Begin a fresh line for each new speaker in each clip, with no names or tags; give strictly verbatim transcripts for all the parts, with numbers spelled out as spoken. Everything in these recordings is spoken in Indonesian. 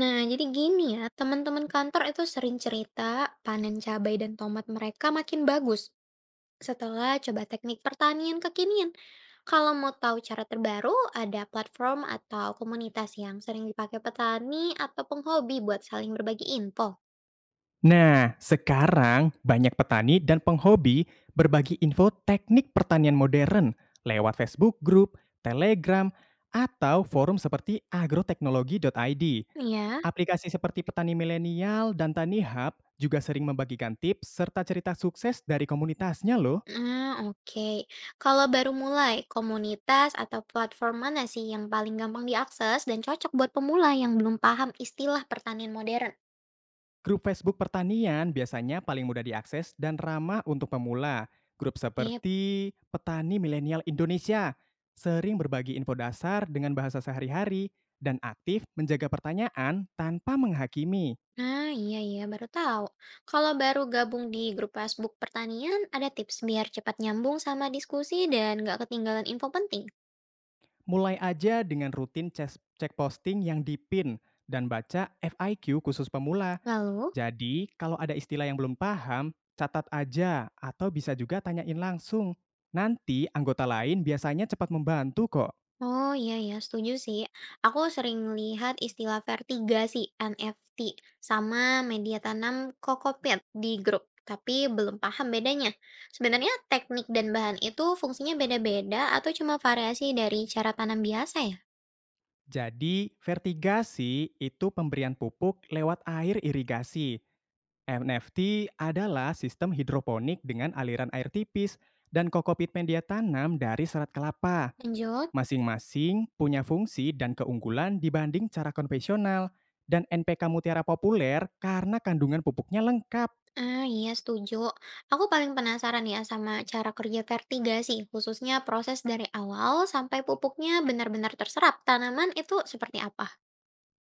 Nah, jadi gini ya, teman-teman kantor itu sering cerita panen cabai dan tomat mereka makin bagus setelah coba teknik pertanian kekinian. Kalau mau tahu cara terbaru, ada platform atau komunitas yang sering dipakai petani atau penghobi buat saling berbagi info.
Nah, sekarang banyak petani dan penghobi berbagi info teknik pertanian modern lewat Facebook Group, Telegram, atau forum seperti agroteknologi.id.
Ya,
Aplikasi seperti Petani Milenial dan Tani Hub juga sering membagikan tips serta cerita sukses dari komunitasnya loh.
nah, oke. Kalau baru mulai, komunitas atau platform mana sih yang paling gampang diakses dan cocok buat pemula yang belum paham istilah pertanian modern?
Grup Facebook pertanian biasanya paling mudah diakses dan ramah untuk pemula. Grup
Eh,
seperti Petani Milenial Indonesia sering berbagi info dasar dengan bahasa sehari-hari dan aktif menjaga pertanyaan tanpa menghakimi.
Nah, iya iya baru tahu. Kalau baru gabung di grup Facebook pertanian, ada tips biar cepat nyambung sama diskusi dan nggak ketinggalan info penting.
Mulai aja dengan rutin ces- cek posting yang dipin dan baca F I Q khusus pemula.
Lalu,
Jadi, kalau ada istilah yang belum paham, catat aja atau bisa juga tanyain langsung. Nanti anggota lain biasanya cepat membantu kok.
oh iya ya, setuju sih. Aku sering lihat istilah vertigasi N F T sama media tanam kokopet di grup, tapi belum paham bedanya. Sebenarnya teknik dan bahan itu fungsinya beda-beda atau cuma variasi dari cara tanam biasa ya?
Jadi, vertigasi itu pemberian pupuk lewat air irigasi. N F T adalah sistem hidroponik dengan aliran air tipis dan kokopit media tanam dari serat kelapa.
Lanjut.
Masing-masing punya fungsi dan keunggulan dibanding cara konvensional dan N P K mutiara populer karena kandungan pupuknya lengkap.
Ah, iya setuju. Aku paling penasaran ya sama cara kerja vertigasi, khususnya proses dari awal sampai pupuknya benar-benar terserap tanaman itu seperti apa.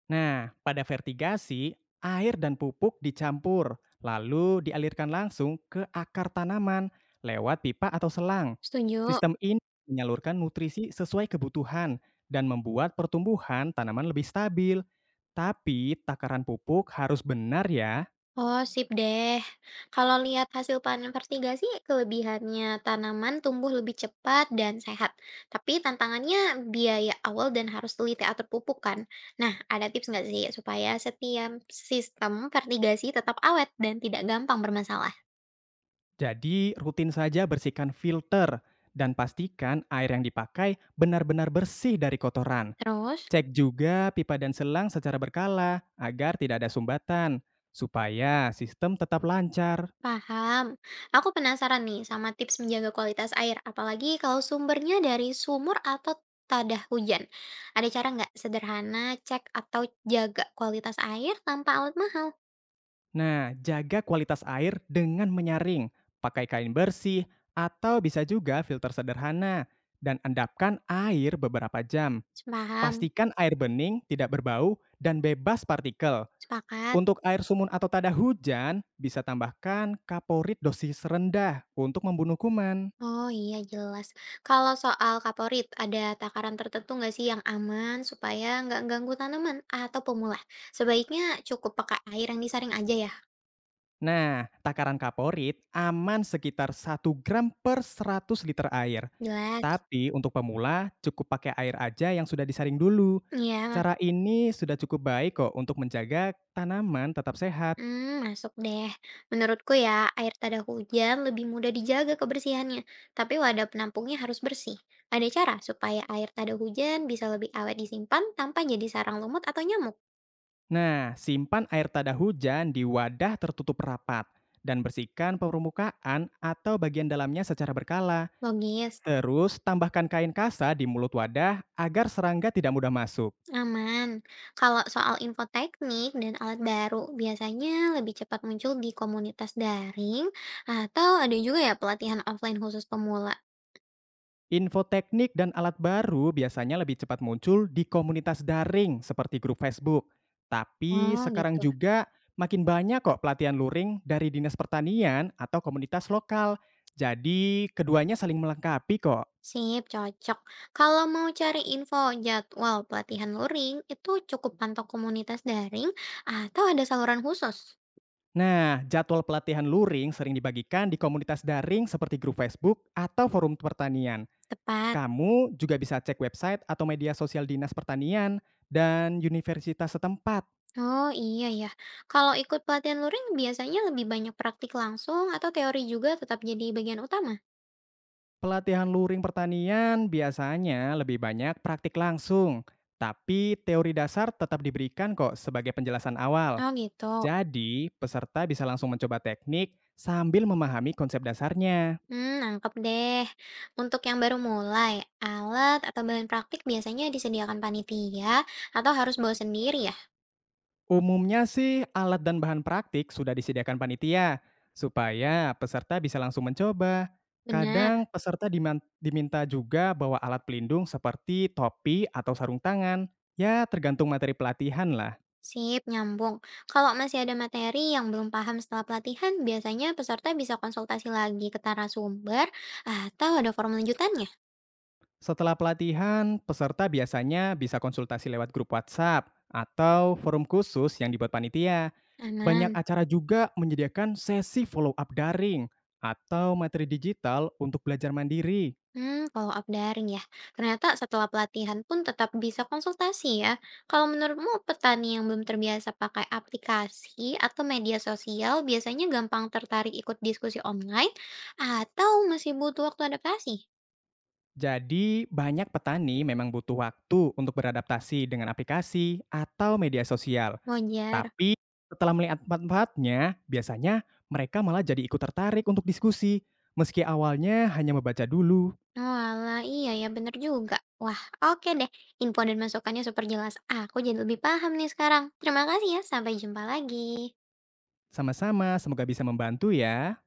Nah, pada vertigasi, air dan pupuk dicampur, lalu dialirkan langsung ke akar tanaman lewat pipa atau selang.
Setuju.
Sistem ini menyalurkan nutrisi sesuai kebutuhan dan membuat pertumbuhan tanaman lebih stabil. Tapi takaran pupuk harus benar ya.
Oh, sip deh. Kalau lihat hasil panen vertigasi, kelebihannya tanaman tumbuh lebih cepat dan sehat. Tapi tantangannya biaya awal dan harus teliti atur pupuk kan. Nah, ada tips nggak sih supaya setiap sistem vertigasi tetap awet dan tidak gampang bermasalah?
Jadi rutin saja bersihkan filter dan pastikan air yang dipakai benar-benar bersih dari kotoran.
Terus?
Cek juga pipa dan selang secara berkala agar tidak ada sumbatan, supaya sistem tetap lancar.
Paham. Aku penasaran nih sama tips menjaga kualitas air, apalagi kalau sumbernya dari sumur atau tadah hujan. Ada cara nggak sederhana cek atau jaga kualitas air tanpa alat mahal?
Nah, jaga kualitas air dengan menyaring, pakai kain bersih, atau bisa juga filter sederhana, dan endapkan air beberapa jam.
Paham.
Pastikan air bening, tidak berbau, dan bebas partikel.
Sepakat.
Untuk air sumun atau tada hujan, bisa tambahkan kaporit dosis rendah untuk membunuh kuman.
Oh iya jelas. Kalau soal kaporit, ada takaran tertentu nggak sih yang aman supaya nggak ganggu tanaman atau pemula? Sebaiknya cukup pakai air yang disaring aja ya.
Nah, takaran kaporit aman sekitar satu gram per seratus liter air.
Jelas.
Tapi untuk pemula, cukup pakai air aja yang sudah disaring dulu.
Iya,
Cara ini sudah cukup baik kok untuk menjaga tanaman tetap sehat.
hmm, masuk deh. Menurutku ya, air tada hujan lebih mudah dijaga kebersihannya, tapi wadah penampungnya harus bersih. Ada cara supaya air tada hujan bisa lebih awet disimpan tanpa jadi sarang lumut atau nyamuk.
Nah, simpan air tada hujan di wadah tertutup rapat dan bersihkan permukaan atau bagian dalamnya secara berkala.
Logis,
Terus tambahkan kain kasa di mulut wadah agar serangga tidak mudah masuk.
aman. Kalau soal info teknik dan alat baru, biasanya lebih cepat muncul di komunitas daring atau ada juga ya pelatihan offline khusus pemula.
Info teknik dan alat baru biasanya lebih cepat muncul di komunitas daring seperti grup Facebook. Tapi
Oh,
sekarang
gitu.
juga makin banyak kok pelatihan luring dari Dinas Pertanian atau komunitas lokal. Jadi keduanya saling melengkapi kok.
Sip, cocok. Kalau mau cari info jadwal pelatihan luring, itu cukup pantau komunitas daring atau ada saluran khusus?
Nah, jadwal pelatihan luring sering dibagikan di komunitas daring seperti grup Facebook atau forum pertanian.
Tepat.
Kamu juga bisa cek website atau media sosial Dinas Pertanian dan universitas setempat.
Oh iya ya. Kalau ikut pelatihan luring biasanya lebih banyak praktik langsung atau teori juga tetap jadi bagian utama?
Pelatihan luring pertanian biasanya lebih banyak praktik langsung, tapi teori dasar tetap diberikan kok sebagai penjelasan awal.
Oh gitu.
Jadi, peserta bisa langsung mencoba teknik sambil memahami konsep dasarnya.
Hmm, nangkep deh. Untuk yang baru mulai, alat atau bahan praktik biasanya disediakan panitia atau harus bawa sendiri ya?
Umumnya sih, alat dan bahan praktik sudah disediakan panitia, supaya peserta bisa langsung mencoba.
Benar.
Kadang peserta diman- diminta juga bawa alat pelindung seperti topi atau sarung tangan. Ya, tergantung materi pelatihan lah.
Sip, nyambung. Kalau masih ada materi yang belum paham setelah pelatihan, biasanya peserta bisa konsultasi lagi ke narasumber atau ada forum lanjutannya.
Setelah pelatihan, peserta biasanya bisa konsultasi lewat grup WhatsApp atau forum khusus yang dibuat panitia. Banyak
Aman.
acara juga menyediakan sesi follow up daring atau materi digital untuk belajar mandiri.
Hmm, kalau up daring ya. Ternyata setelah pelatihan pun tetap bisa konsultasi ya. Kalau menurutmu petani yang belum terbiasa pakai aplikasi atau media sosial biasanya gampang tertarik ikut diskusi online atau masih butuh waktu adaptasi?
Jadi, banyak petani memang butuh waktu untuk beradaptasi dengan aplikasi atau media sosial.
Wajar.
Tapi, setelah melihat manfaatnya, biasanya mereka malah jadi ikut tertarik untuk diskusi, meski awalnya hanya membaca dulu.
Oalah, iya ya bener juga. Wah, oke deh. Info dan masukannya super jelas. Aku jadi lebih paham nih sekarang. Terima kasih ya, sampai jumpa lagi.
Sama-sama, semoga bisa membantu ya.